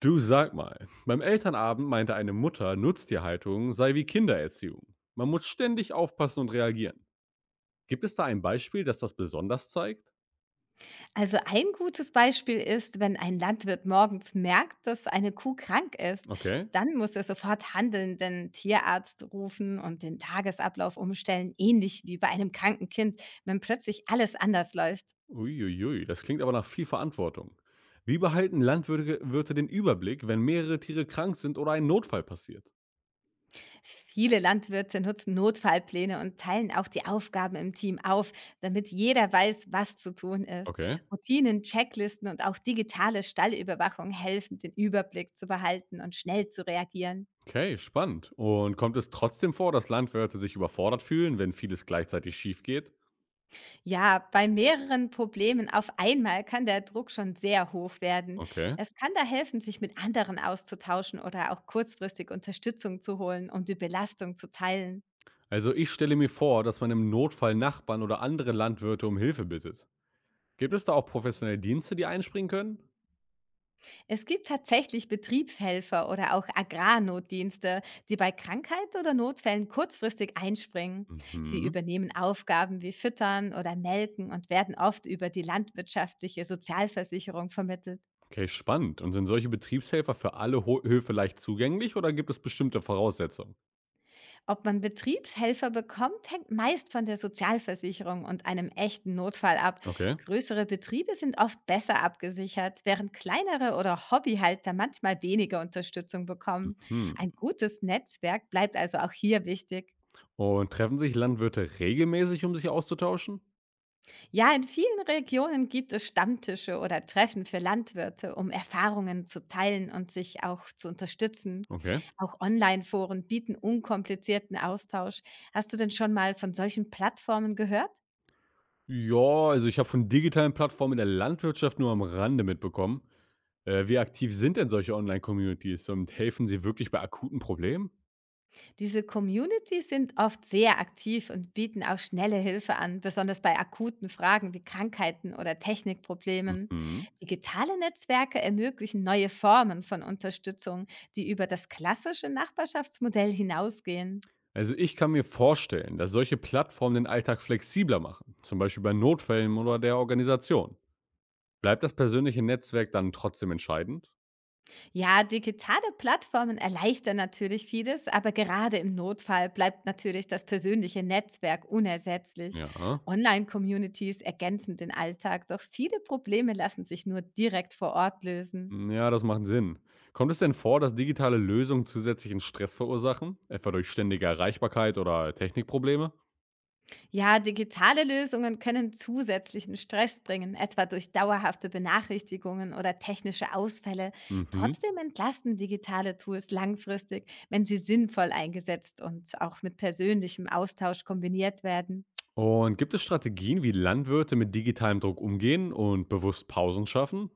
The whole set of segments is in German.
Du, sag mal, beim Elternabend meinte eine Mutter, Nutztierhaltung sei wie Kindererziehung. Man muss ständig aufpassen und reagieren. Gibt es da ein Beispiel, das das besonders zeigt? Also ein gutes Beispiel ist, wenn ein Landwirt morgens merkt, dass eine Kuh krank ist, Okay. dann muss er sofort handeln, den Tierarzt rufen und den Tagesablauf umstellen, ähnlich wie bei einem kranken Kind, wenn plötzlich alles anders läuft. Uiuiui, das klingt aber nach viel Verantwortung. Wie behalten Landwirte Wirte den Überblick, wenn mehrere Tiere krank sind oder ein Notfall passiert? Viele Landwirte nutzen Notfallpläne und teilen auch die Aufgaben im Team auf, damit jeder weiß, was zu tun ist. Okay. Routinen, Checklisten und auch digitale Stallüberwachung helfen, den Überblick zu behalten und schnell zu reagieren. Okay, spannend. Und kommt es trotzdem vor, dass Landwirte sich überfordert fühlen, wenn vieles gleichzeitig schief geht? Ja, bei mehreren Problemen auf einmal kann der Druck schon sehr hoch werden. Okay. Es kann da helfen, sich mit anderen auszutauschen oder auch kurzfristig Unterstützung zu holen, um die Belastung zu teilen. Also ich stelle mir vor, dass man im Notfall Nachbarn oder andere Landwirte um Hilfe bittet. Gibt es da auch professionelle Dienste, die einspringen können? Es gibt tatsächlich Betriebshelfer oder auch Agrarnotdienste, die bei Krankheit oder Notfällen kurzfristig einspringen. Sie Mhm. übernehmen Aufgaben wie Füttern oder Melken und werden oft über die landwirtschaftliche Sozialversicherung vermittelt. Okay, spannend. Und sind solche Betriebshelfer für alle Ho Höfe leicht zugänglich oder gibt es bestimmte Voraussetzungen? Ob man Betriebshelfer bekommt, hängt meist von der Sozialversicherung und einem echten Notfall ab. Okay. Größere Betriebe sind oft besser abgesichert, während kleinere oder Hobbyhalter manchmal weniger Unterstützung bekommen. Mhm. Ein gutes Netzwerk bleibt also auch hier wichtig. Und treffen sich Landwirte regelmäßig, um sich auszutauschen? Ja, in vielen Regionen gibt es Stammtische oder Treffen für Landwirte, um Erfahrungen zu teilen und sich auch zu unterstützen. Okay. Auch Online-Foren bieten unkomplizierten Austausch. Hast du denn schon mal von solchen Plattformen gehört? Ja, also ich habe von digitalen Plattformen in der Landwirtschaft nur am Rande mitbekommen. Wie aktiv sind denn solche Online-Communities und helfen sie wirklich bei akuten Problemen? Diese Communities sind oft sehr aktiv und bieten auch schnelle Hilfe an, besonders bei akuten Fragen wie Krankheiten oder Technikproblemen. Mhm. Digitale Netzwerke ermöglichen neue Formen von Unterstützung, die über das klassische Nachbarschaftsmodell hinausgehen. Also ich kann mir vorstellen, dass solche Plattformen den Alltag flexibler machen, zum Beispiel bei Notfällen oder der Organisation. Bleibt das persönliche Netzwerk dann trotzdem entscheidend? Ja, digitale Plattformen erleichtern natürlich vieles, aber gerade im Notfall bleibt natürlich das persönliche Netzwerk unersetzlich. Ja. Online-Communities ergänzen den Alltag, doch viele Probleme lassen sich nur direkt vor Ort lösen. Ja, das macht Sinn. Kommt es denn vor, dass digitale Lösungen zusätzlichen Stress verursachen, etwa durch ständige Erreichbarkeit oder Technikprobleme? Ja, digitale Lösungen können zusätzlichen Stress bringen, etwa durch dauerhafte Benachrichtigungen oder technische Ausfälle. Mhm. Trotzdem entlasten digitale Tools langfristig, wenn sie sinnvoll eingesetzt und auch mit persönlichem Austausch kombiniert werden. Und gibt es Strategien, wie Landwirte mit digitalem Druck umgehen und bewusst Pausen schaffen?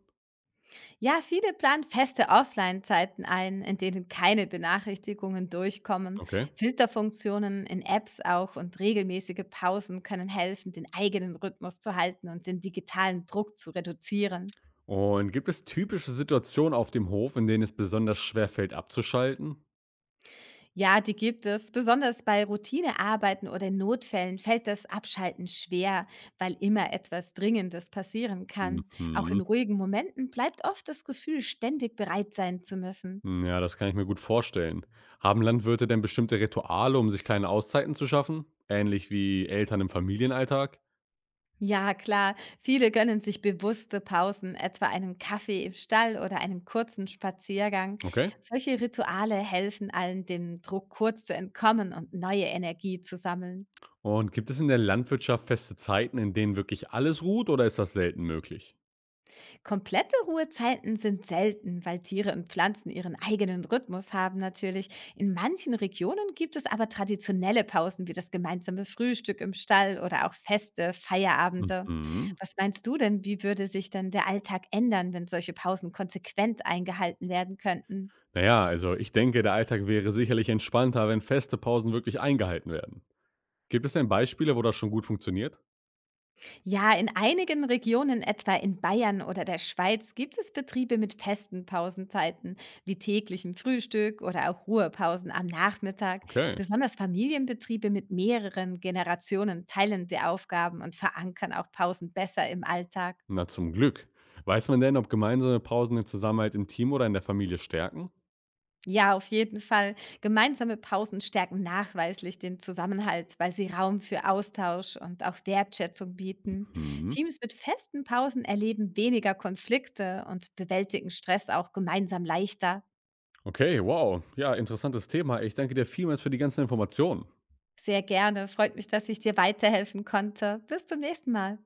Ja, viele planen feste Offline-Zeiten ein, in denen keine Benachrichtigungen durchkommen. Okay. Filterfunktionen in Apps auch und regelmäßige Pausen können helfen, den eigenen Rhythmus zu halten und den digitalen Druck zu reduzieren. Und gibt es typische Situationen auf dem Hof, in denen es besonders schwer fällt, abzuschalten? Ja, die gibt es. Besonders bei Routinearbeiten oder Notfällen fällt das Abschalten schwer, weil immer etwas Dringendes passieren kann. Auch Mhm. in ruhigen Momenten bleibt oft das Gefühl, ständig bereit sein zu müssen. Ja, das kann ich mir gut vorstellen. Haben Landwirte denn bestimmte Rituale, um sich kleine Auszeiten zu schaffen? Ähnlich wie Eltern im Familienalltag? Ja, klar, viele gönnen sich bewusste Pausen, etwa einen Kaffee im Stall oder einen kurzen Spaziergang. Okay. Solche Rituale helfen allen, dem Druck kurz zu entkommen und neue Energie zu sammeln. Und gibt es in der Landwirtschaft feste Zeiten, in denen wirklich alles ruht, oder ist das selten möglich? Komplette Ruhezeiten sind selten, weil Tiere und Pflanzen ihren eigenen Rhythmus haben natürlich. In manchen Regionen gibt es aber traditionelle Pausen wie das gemeinsame Frühstück im Stall oder auch Feste, Feierabende. Mhm. Was meinst du denn, wie würde sich denn der Alltag ändern, wenn solche Pausen konsequent eingehalten werden könnten? Naja, also ich denke, der Alltag wäre sicherlich entspannter, wenn feste Pausen wirklich eingehalten werden. Gibt es denn Beispiele, wo das schon gut funktioniert? Ja, in einigen Regionen, etwa in Bayern oder der Schweiz, gibt es Betriebe mit festen Pausenzeiten, wie täglichem Frühstück oder auch Ruhepausen am Nachmittag. Okay. Besonders Familienbetriebe mit mehreren Generationen teilen die Aufgaben und verankern auch Pausen besser im Alltag. Na, zum Glück. Weiß man denn, ob gemeinsame Pausen den Zusammenhalt im Team oder in der Familie stärken? Ja, auf jeden Fall. Gemeinsame Pausen stärken nachweislich den Zusammenhalt, weil sie Raum für Austausch und auch Wertschätzung bieten. Mhm. Teams mit festen Pausen erleben weniger Konflikte und bewältigen Stress auch gemeinsam leichter. Okay, wow. Ja, interessantes Thema. Ich danke dir vielmals für die ganzen Informationen. Sehr gerne. Freut mich, dass ich dir weiterhelfen konnte. Bis zum nächsten Mal.